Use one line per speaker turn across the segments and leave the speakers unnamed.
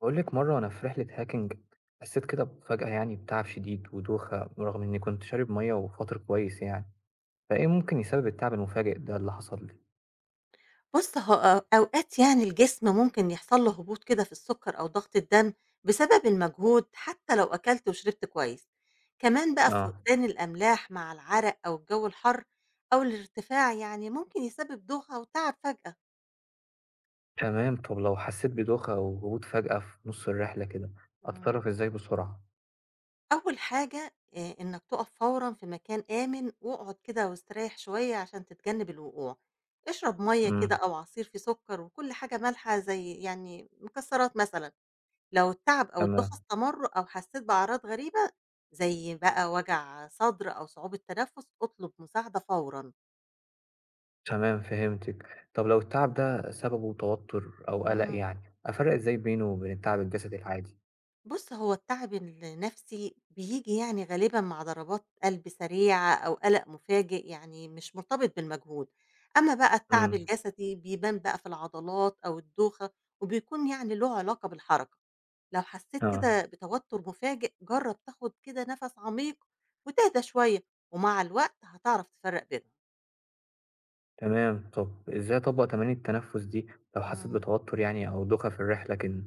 باقول لِك مرّة وأنا في رحلة hiking حسّيت كده بفجأة يعني بتعب شديد ودوخة رغم إنّي كنت شارب مَيّة وفاطر كويس يعني، فإيه ممكن يسبب التعب المفاجئ ده اللي حصل لي؟
بُص، هو أوقات يعني الجسم ممكن يحصل له هبوط كده في السُكّر أو ضغط الدم بسبب المجهود حتى لو أكلت وشربت كويس. كمان بقى
آه.
فقدان الأملاح مع العرق أو الجو الحَر أو الارتفاع يعني ممكن يسبب دوخة وتعب فجأة.
تمام. طَب لو حسّيت بدوخة أو هبوط فجأة في نُص الرحلة كده،
إمم.
أتصرّف إزاي بسرعة؟
أول حاجة إنّك تُقف فورًا في مكان آمن واقعد كده واستريّح شوية عشان تتجنّب الوقوع. اشرب مَيّة كده
إمم،
أو عصير فيه سُكّر وكل حاجة مالحة زي يعني مكسّرات مثلًا. لو التعب أو الدوخة
تمام.
استمرّوا أو حسّيت بأعراض غريبة، زي بقى وجع صدر أو صعوبة تنفس، اطلب مساعدة فورًا.
تمام فهمتِك. طَب لو التعب ده سببه توتر أو قَلَق
إمم.
يعني، أفرّق إزاي بينه وبين التعب الجسدي العادي؟
بُص، هو التعب النفسي بييجي يعني غالبًا مع ضربات قلب سريعة أو قلق مفاجئ، يعني مش مرتبط بالمجهود. أمّا بقى التعب
إمم،
الجسدي بيبان بقى في العضلات أو الدوخة، وبيكون يعني له علاقة بالحركة. لو حسّيت
آه.
كده بتوتر مفاجئ، جرّب تاخد كده نَفَس عميق وتهدى شوية، ومع الوقت هتعرف تفرّق بينهم.
تمام، طب إزاي أطبّق تمارين التنفس دي لو حسّيت
إمم.
بتوتر يعني أو دوخة في الرحلة كده؟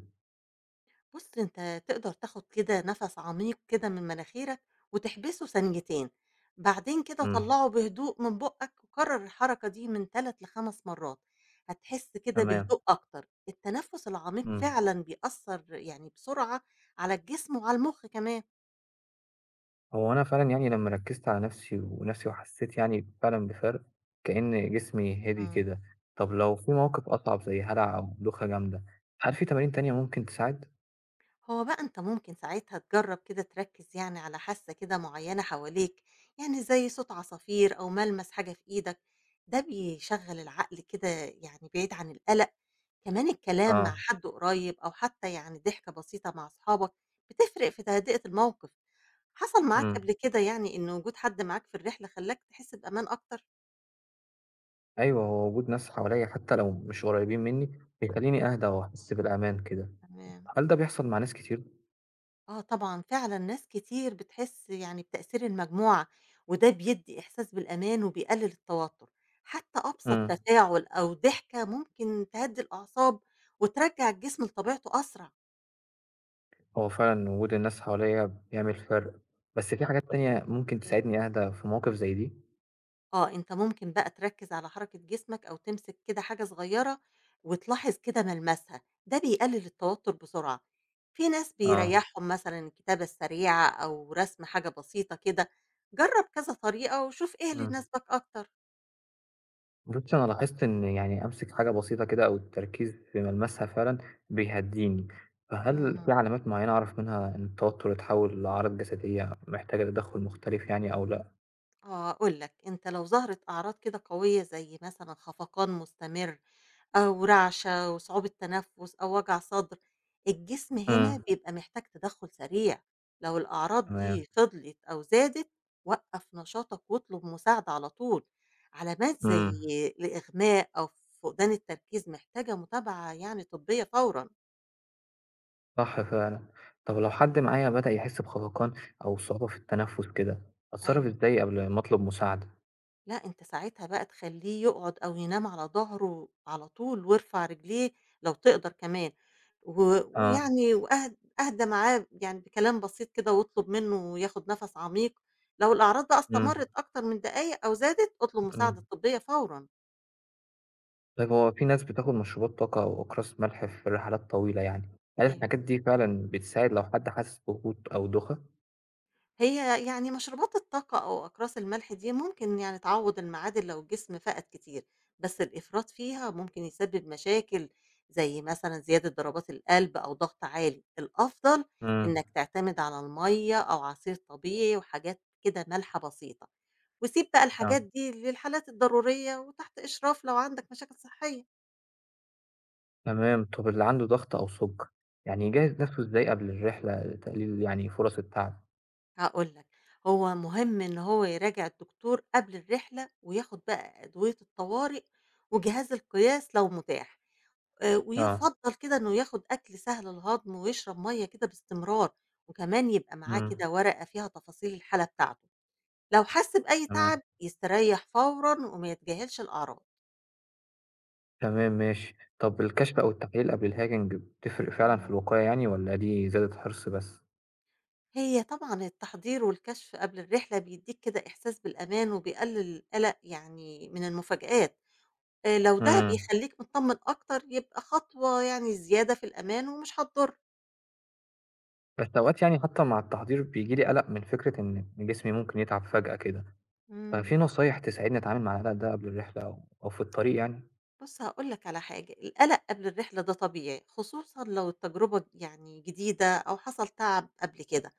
بُص، أنت تقدر تاخد كده نَفَس عميق كده من مناخيرك وتحبسه ثانيتين، بعدين كده
إمم،
طلّعه بهدوء من بُقّك وكرّر الحركة دي من 3 ل5 مرّات، هتحس كده
تمام.
بهدوء أكتر. التنفس العميق
إمم،
فعلًا بيأثّر يعني بسرعة على الجسم وعلى المُخ كمان.
هو أنا فعلًا يعني لمّا ركّزت على نَفْسي وحسّيت يعني فعلًا بفَرْق كإن جسمي هدي
إمم.
كده. طب لو في موقِف أصعب زي هَلَع أو دوخة جامدة، هل في تمارين تانية ممكن تساعد؟
هو بقى أنت ممكن ساعتها تجرّب كده تركّز يعني على حاسة كده معيّنة حواليك، يعني زي صوت عصافير أو ملمس حاجة في إيدك، ده بيشغّل العقل كده يعني بعيد عن القلق، كمان الكلام مع
آه.
حد قريب أو حتى يعني ضحكة بسيطة مع أصحابك بتفرق في تهدئة الموقف، حصل معاك
إمم،
قبل كده يعني إن وجود حد معاك في الرحلة خلّاك تحس بأمان أكتر؟
أيوه، هو وجود ناس حواليّا حتّى لو مش قريّبين منّي بيخلّيني أهدى وأحس بالأمان كده.
تمام.
هل ده بيحصل مع ناس كتير؟
آه طبعًا، فعلًا ناس كتير بتحس يعني بتأثير المجموعة، وده بيدّي إحساس بالأمان وبيقلل التوتر، حتى أبسط
إمم.
تفاعل أو ضحكة ممكن تهدّي الأعصاب وترجّع الجسم لطبيعته أسرع،
هو فعلًا وجود الناس حواليّا بيعمل فرق، بس في حاجات تانية ممكن
إيه.
تساعدني أهدى في مواقف زي دي؟
آه أنت ممكن بقى تركّز على حركة جسمك أو تمسك كده حاجة صغيرة وتلاحظ كده ملمسها، ده بيقلل التوتر بسرعة، في ناس
آه.
بيريّحهم مثلًا الكتابة السريعة أو رسم حاجة بسيطة كده، جرّب كذا طريقة وشوف إيه اللي
إمم.
يناسبك أكتر.
بُصّي، أنا لاحظت إن يعني أمسك حاجة بسيطة كده أو التركيز في ملمسها فعلًا بيهدّيني، فهل
إمم.
في علامات معيّنة أعرف منها إن التوتر اتحوّل لأعراض جسدية محتاجة تدخُّل مختلف يعني أو لأ؟
آه، أقول لك أنت لو ظهرت أعراض كده قوية زي مثلا خفقان مستمر أو رعشة وصعوبة تنفس أو وجع صدر الجسم هنا
إمم،
بيبقى محتاج تدخل سريع. لو الأعراض
تمام.
دي فضلت أو زادت وقف نشاطك واطلب مساعدة على طول. علامات زي
إمم،
الإغماء أو فقدان التركيز محتاجة متابعة يعني طبية فورا.
صح فعلًا. طَب لو حد معايا بدأ يحس بخفقان أو صعوبة في التنفُّس كده، أتصرّف
أيوه
إزاي قبل ما أطلب مساعدة؟
لأ، أنت ساعتها بقى تخلّيه يقعد أو ينام على ضهره على طول وارفع رجليه لو تقدر كمان، و
آه.
ويعني وأه أهدى معاه يعني بكلام بسيط كده واطلب منه ياخد نَفَس عميق، لو الأعراض بقى
إمم.
استمرت أكتر من دقايق أو زادت، اطلب
إمم.
مساعدة طبية فورًا.
طيب هو في ناس بتاخد مشروبات طاقة أو أقراص ملح في رحلات طويلة يعني، هل
أيوه.
الحاجات دي فعلا بتساعد لو حد حاسس بهبوط أو دوخة؟
هي يعني مشروبات الطاقة أو أقراص الملح دي ممكن يعني تعوض المعادن لو الجسم فقد كتير بس الإفراط فيها ممكن يسبب مشاكل زي مثلا زيادة ضربات القلب أو ضغط عالي. الأفضل
امم.
إنك تعتمد على المية أو عصير طبيعي وحاجات كده مالحة بسيطة وسيب بقى
آه.
الحاجات دي للحالات الضرورية وتحت إشراف لو عندك مشاكل صحية.
تمام، طب اللي عنده ضغط أو سكر يعني يجهز نفسه إزاي قبل الرحلة لتقليل يعني فرص التعب؟
هاقول لك، هو مهم إن هو يراجع الدكتور قبل الرحلة، وياخد بقى أدوية الطوارئ وجهاز القياس لو متاح،
آه.
ويفضّل كده إنه ياخد أكل سهل الهضم ويشرب مَيّة كده باستمرار، وكمان يبقى معاه
امم.
كده ورقة فيها تفاصيل الحالة بتاعته، لو حس بأي
تمام.
تعب يستريح فورًا وما يتجاهلش الأعراض.
تمام ماشي، طب الكشف أو التحليل قبل الهاجنج بتفرق فعلا في
إمم.
الوقاية يعني ولا دي زيادة حرص بس؟
هي طبعًا التحضير والكشف قبل الرحلة بيدّيك كده إحساس بالأمان وبيقلل القلق يعني من المفاجآت. لو ده
امم.
بيخلّيك متطمّن أكتر، يبقى خطوة يعني زيادة في الأمان ومش هتضر.
بس أوقات يعني حتى مع التحضير بيجيلي قلق من فكرة إن جسمي ممكن يتعب فجأة كده.
إمم.
ففي نصايح تساعدني أتعامل مع القلق ده قبل الرحلة أو أو في الطريق يعني؟
بُص هاقول لك على حاجة، القلق قبل الرحلة ده طبيعي، خصوصًا لو التجربة يعني جديدة أو حصل تعب قبل كده.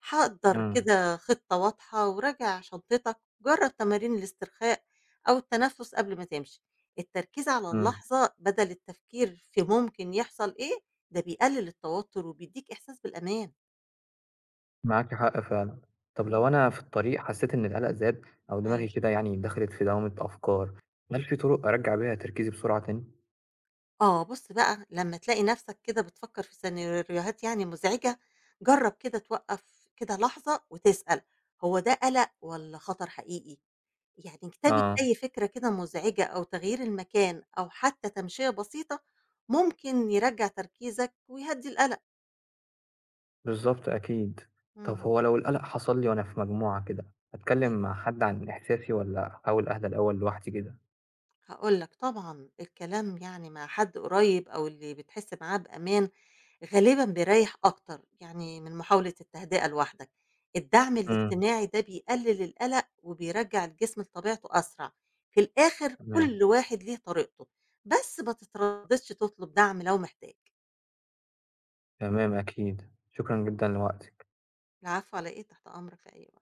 حضّر
إمم.
كده خطة واضحة وراجع شنطتك، جرّب تمارين الاسترخاء أو التنفس قبل ما تمشي. التركيز على
إمم.
اللحظة بدل التفكير في ممكن يحصل إيه، ده بيقلل التوتر وبيدّيك إحساس بالأمان.
معاكِ حق فعلًا. طب لو
إمم.
أنا في الطريق حسيت إن القلق زاد أو
أيوه.
دماغي كده يعني دخلت في دوامة أفكار، هل في طرق أرجّع بيها تركيزي بسرعة تاني؟
آه، بُص بقى لمّا تلاقي نَفْسك كده بتفكّر في سيناريوهات يعني مزعجة، جرّب كده توقّف كده لحظة وتسأل هو ده قَلَق والّا خطر حقيقي؟ يعني كتابة
آه.
أي فكرة كده مزعجة أو تغيير المكان أو حتى تمشية بسيطة ممكن يرجّع تركيزك ويهدّي القَلَق.
بالضبط أكيد. طب
إمم،
هو لو القلق حصل لي وأنا في مجموعة كده، أتكلم
أيوه.
مع حد عن إحساسي والّا أحاول أهدى الأول لوحدي كده؟
هاقول لك طبعًا الكلام يعني مع حد قريب أو اللي بتحس معاه بأمان، غالبًا بيريّح أكتر يعني من محاولة التهدئة لوحدك، الدعم
إمم،
الاجتماعي ده بيقلل القلق وبيرجّع الجسم لطبيعته أسرع، في الآخر كل
تمام.
واحد ليه طريقته، بس ما تترددش تطلب دعم لو محتاج،
تمام أكيد. شكرًا جدًا لوقتِك.
العفو على إيه، تحت أمرك في أي وقت.